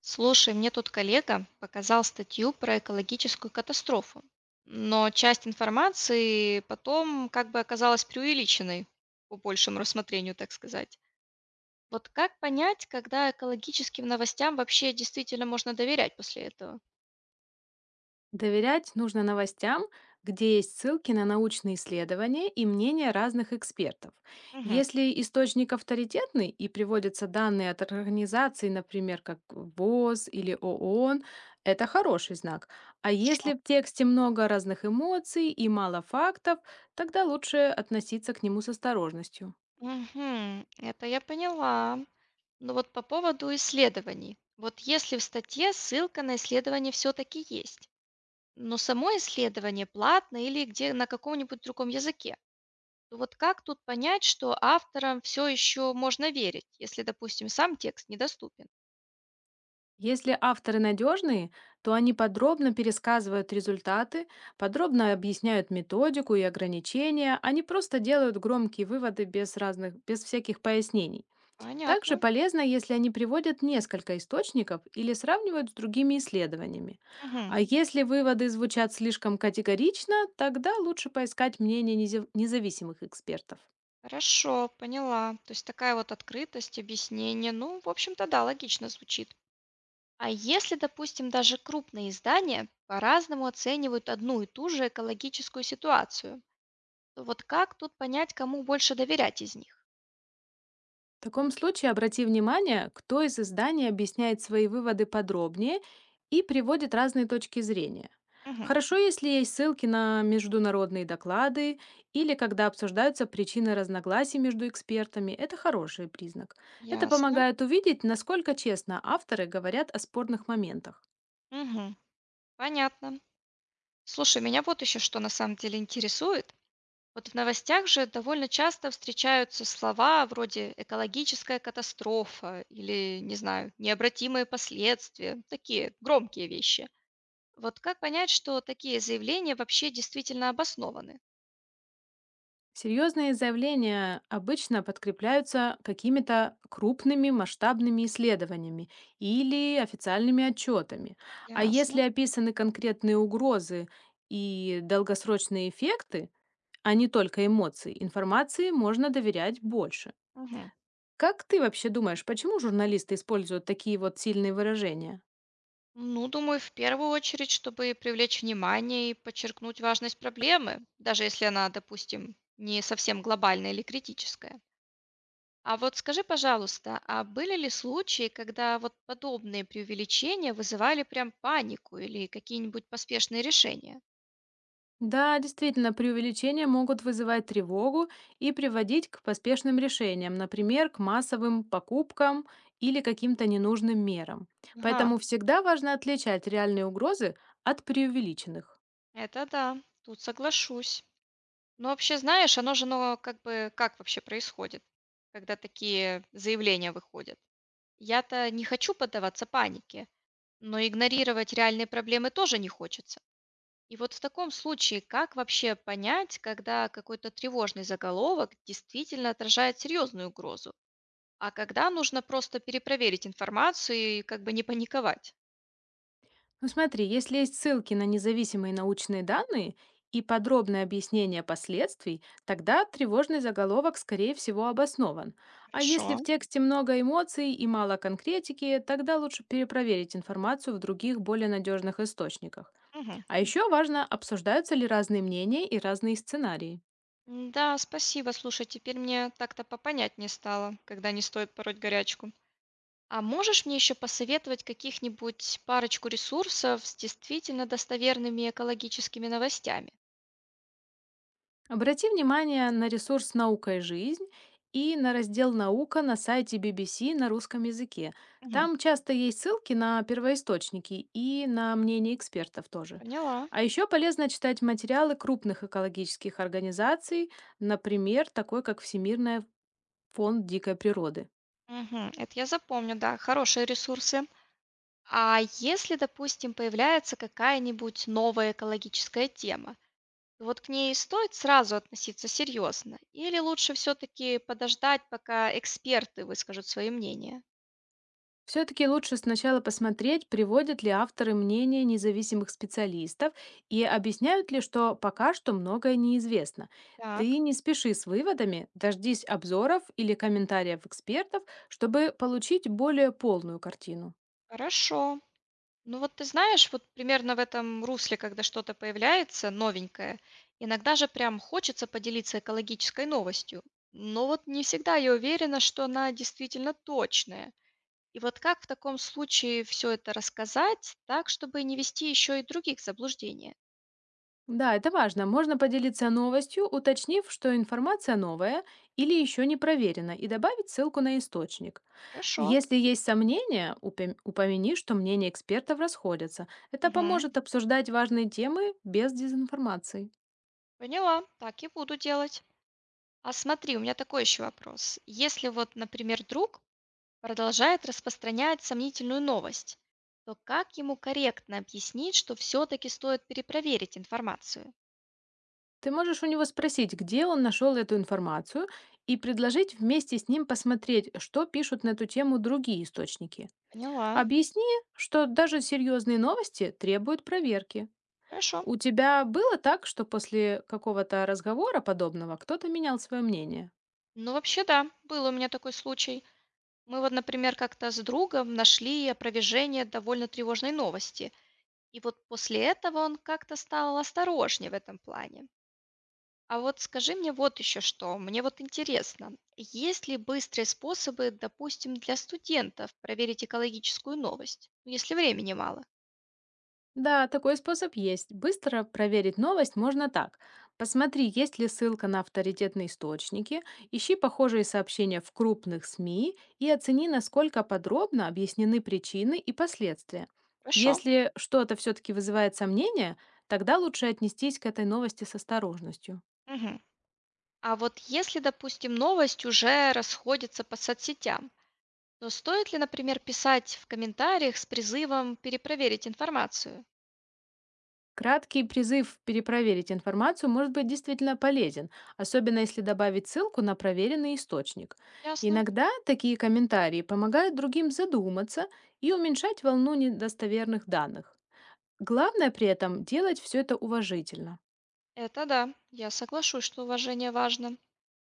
Слушай, мне тут коллега показал статью про экологическую катастрофу, но часть информации потом как бы оказалась преувеличенной по большему рассмотрению, так сказать. Вот как понять, когда экологическим новостям вообще действительно можно доверять после этого? Доверять нужно новостям, где есть ссылки на научные исследования и мнения разных экспертов. Мгм. Если источник авторитетный и приводятся данные от организаций, например, как ВОЗ или ООН, это хороший знак. А Хорошо. если в тексте много разных эмоций и мало фактов, тогда лучше относиться к нему с осторожностью. Угу, это я поняла. Но вот по поводу исследований. Вот если в статье ссылка на исследование все-таки есть, но само исследование платное или где на каком-нибудь другом языке, ну вот как тут понять, что авторам все еще можно верить, если, допустим, сам текст недоступен? Если авторы надежные, то они подробно пересказывают результаты, подробно объясняют методику и ограничения, они просто делают громкие выводы без всяких пояснений. Также Понятно. полезно, если они приводят несколько источников или сравнивают с другими исследованиями. Мгм. А если выводы звучат слишком категорично, тогда лучше поискать мнение независимых экспертов. Хорошо, поняла. То есть такая вот открытость, объяснение. Ну, в общем-то, да, логично звучит. А если, допустим, даже крупные издания по-разному оценивают одну и ту же экологическую ситуацию, то вот как тут понять, кому больше доверять из них? В таком случае обрати внимание, кто из изданий объясняет свои выводы подробнее и приводит разные точки зрения. Мгм. Хорошо, если есть ссылки на международные доклады или когда обсуждаются причины разногласий между экспертами. Это хороший признак. Это Ясно. помогает увидеть, насколько честно авторы говорят о спорных моментах. Мгм. Понятно. Слушай, меня вот еще что на самом деле интересует. Вот в новостях же довольно часто встречаются слова вроде экологическая катастрофа или, не знаю, необратимые последствия, такие громкие вещи. Вот как понять, что такие заявления вообще действительно обоснованы? Серьезные заявления обычно подкрепляются какими-то крупными масштабными исследованиями или официальными отчетами. А если Ясно. описаны конкретные угрозы и долгосрочные эффекты, а не только эмоции, информации можно доверять больше. Мгм. Как ты вообще думаешь, почему журналисты используют такие вот сильные выражения? Ну, думаю, в первую очередь, чтобы привлечь внимание и подчеркнуть важность проблемы, даже если она, допустим, не совсем глобальная или критическая. А вот скажи, пожалуйста, а были ли случаи, когда вот подобные преувеличения вызывали прям панику или какие-нибудь поспешные решения? Да, действительно, преувеличения могут вызывать тревогу и приводить к поспешным решениям, например, к массовым покупкам или каким-то ненужным мерам. Ага, Поэтому всегда важно отличать реальные угрозы от преувеличенных. это да, тут соглашусь. Но вообще, знаешь, оно же, ну как бы, как вообще происходит, когда такие заявления выходят? Я-то не хочу поддаваться панике, но игнорировать реальные проблемы тоже не хочется. И вот в таком случае, как вообще понять, когда какой-то тревожный заголовок действительно отражает серьезную угрозу? А когда нужно просто перепроверить информацию и как бы не паниковать? Ну смотри, если есть ссылки на независимые научные данные и подробное объяснение последствий, тогда тревожный заголовок, скорее всего, обоснован. А если в Хорошо. тексте много эмоций и мало конкретики, тогда лучше перепроверить информацию в других более надежных источниках. Мгм. А еще важно, обсуждаются ли разные мнения и разные сценарии. М-да, спасибо. Слушай, теперь мне так-то попонятнее стало, когда не стоит пороть горячку. А можешь мне еще посоветовать каких-нибудь парочку ресурсов с действительно достоверными экологическими новостями? Обрати внимание на ресурс «Наука и жизнь» и на раздел «Наука» на сайте BBC на русском языке. Мгм. Там часто есть ссылки на первоисточники и на мнение экспертов тоже. Поняла. А еще полезно читать материалы крупных экологических организаций, например, такой как Всемирный фонд дикой природы. Мгм. Это я запомню, да, хорошие ресурсы. А если, допустим, появляется какая-нибудь новая экологическая тема, вот к ней стоит сразу относиться серьезно? Или лучше все-таки подождать, пока эксперты выскажут свое мнение? Все-таки лучше сначала посмотреть, приводят ли авторы мнения независимых специалистов и объясняют ли, что пока что многое неизвестно. Ты Так. не спеши с выводами, дождись обзоров или комментариев экспертов, чтобы получить более полную картину. Хорошо. Ну вот ты знаешь, вот примерно в этом русле, когда что-то появляется новенькое, иногда же прям хочется поделиться экологической новостью. Но вот не всегда я уверена, что она действительно точная. И вот как в таком случае все это рассказать так, чтобы не вести еще и других в заблуждение? Да, это важно. Можно поделиться новостью, уточнив, что информация новая или еще не проверена, и добавить ссылку на источник. Хорошо. Если есть сомнения, упомяни, что мнения экспертов расходятся. Это Мгм. поможет обсуждать важные темы без дезинформации. Поняла. Так и буду делать. А смотри, у меня такой еще вопрос. Если вот, например, друг продолжает распространять сомнительную новость, то как ему корректно объяснить, что все-таки стоит перепроверить информацию? Ты можешь у него спросить, где он нашел эту информацию, и предложить вместе с ним посмотреть, что пишут на эту тему другие источники. Поняла. Объясни, что даже серьезные новости требуют проверки. Хорошо. У тебя было так, что после какого-то разговора подобного кто-то менял свое мнение? Ну, вообще, да, был у меня такой случай. Мы вот, например, как-то с другом нашли опровержение довольно тревожной новости. И вот после этого он как-то стал осторожнее в этом плане. А вот скажи мне вот еще что. Мне вот интересно, есть ли быстрые способы, допустим, для студентов проверить экологическую новость, ну, если времени мало? Да, такой способ есть. Быстро проверить новость можно так. Посмотри, есть ли ссылка на авторитетные источники, ищи похожие сообщения в крупных СМИ и оцени, насколько подробно объяснены причины и последствия. Хорошо. Если что-то все-таки вызывает сомнения, тогда лучше отнестись к этой новости с осторожностью. Мгм. А вот если, допустим, новость уже расходится по соцсетям, то стоит ли, например, писать в комментариях с призывом перепроверить информацию? Краткий призыв перепроверить информацию может быть действительно полезен, особенно если добавить ссылку на проверенный источник. Ясно. Иногда такие комментарии помогают другим задуматься и уменьшать волну недостоверных данных. Главное при этом делать все это уважительно. Это да, я соглашусь, что уважение важно.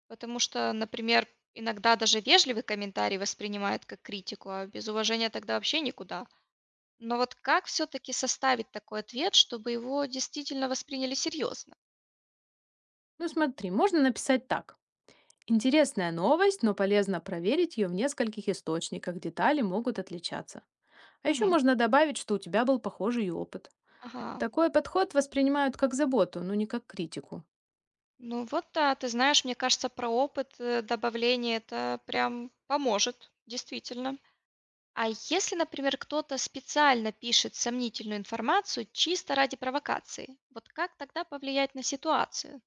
Потому что, например, иногда даже вежливый комментарий воспринимают как критику, а без уважения тогда вообще никуда. Но вот как все-таки составить такой ответ, чтобы его действительно восприняли серьезно? Ну смотри, можно написать так. Интересная новость, но полезно проверить ее в нескольких источниках, детали могут отличаться. А еще Мгм. можно добавить, что у тебя был похожий опыт. Ага. Такой подход воспринимают как заботу, но не как критику. Ну вот да, ты знаешь, мне кажется, про опыт добавления это прям поможет, действительно. А если, например, кто-то специально пишет сомнительную информацию чисто ради провокации, вот как тогда повлиять на ситуацию?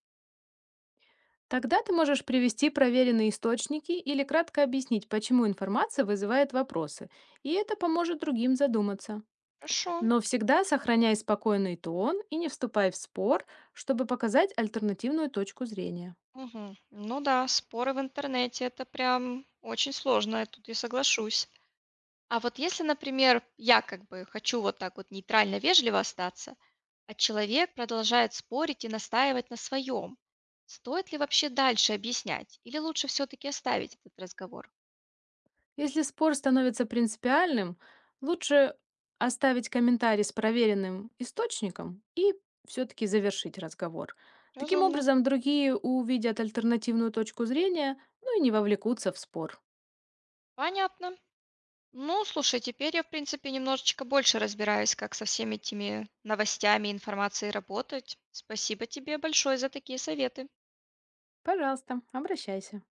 Тогда ты можешь привести проверенные источники или кратко объяснить, почему информация вызывает вопросы, и это поможет другим задуматься. Хорошо. Но всегда сохраняй спокойный тон и не вступай в спор, чтобы показать альтернативную точку зрения. Мгм. Ну да, споры в интернете это прям очень сложно, я тут я соглашусь. А вот если, например, я как бы хочу вот так вот нейтрально вежливо остаться, а человек продолжает спорить и настаивать на своем, стоит ли вообще дальше объяснять или лучше все-таки оставить этот разговор? Если спор становится принципиальным, лучше оставить комментарий с проверенным источником и все-таки завершить разговор. Таким Разумно. образом, другие увидят альтернативную точку зрения, ну и не вовлекутся в спор. Понятно. Ну, слушай, теперь я, в принципе, немножечко больше разбираюсь, как со всеми этими новостями, информацией работать. Спасибо тебе большое за такие советы. Пожалуйста, обращайся.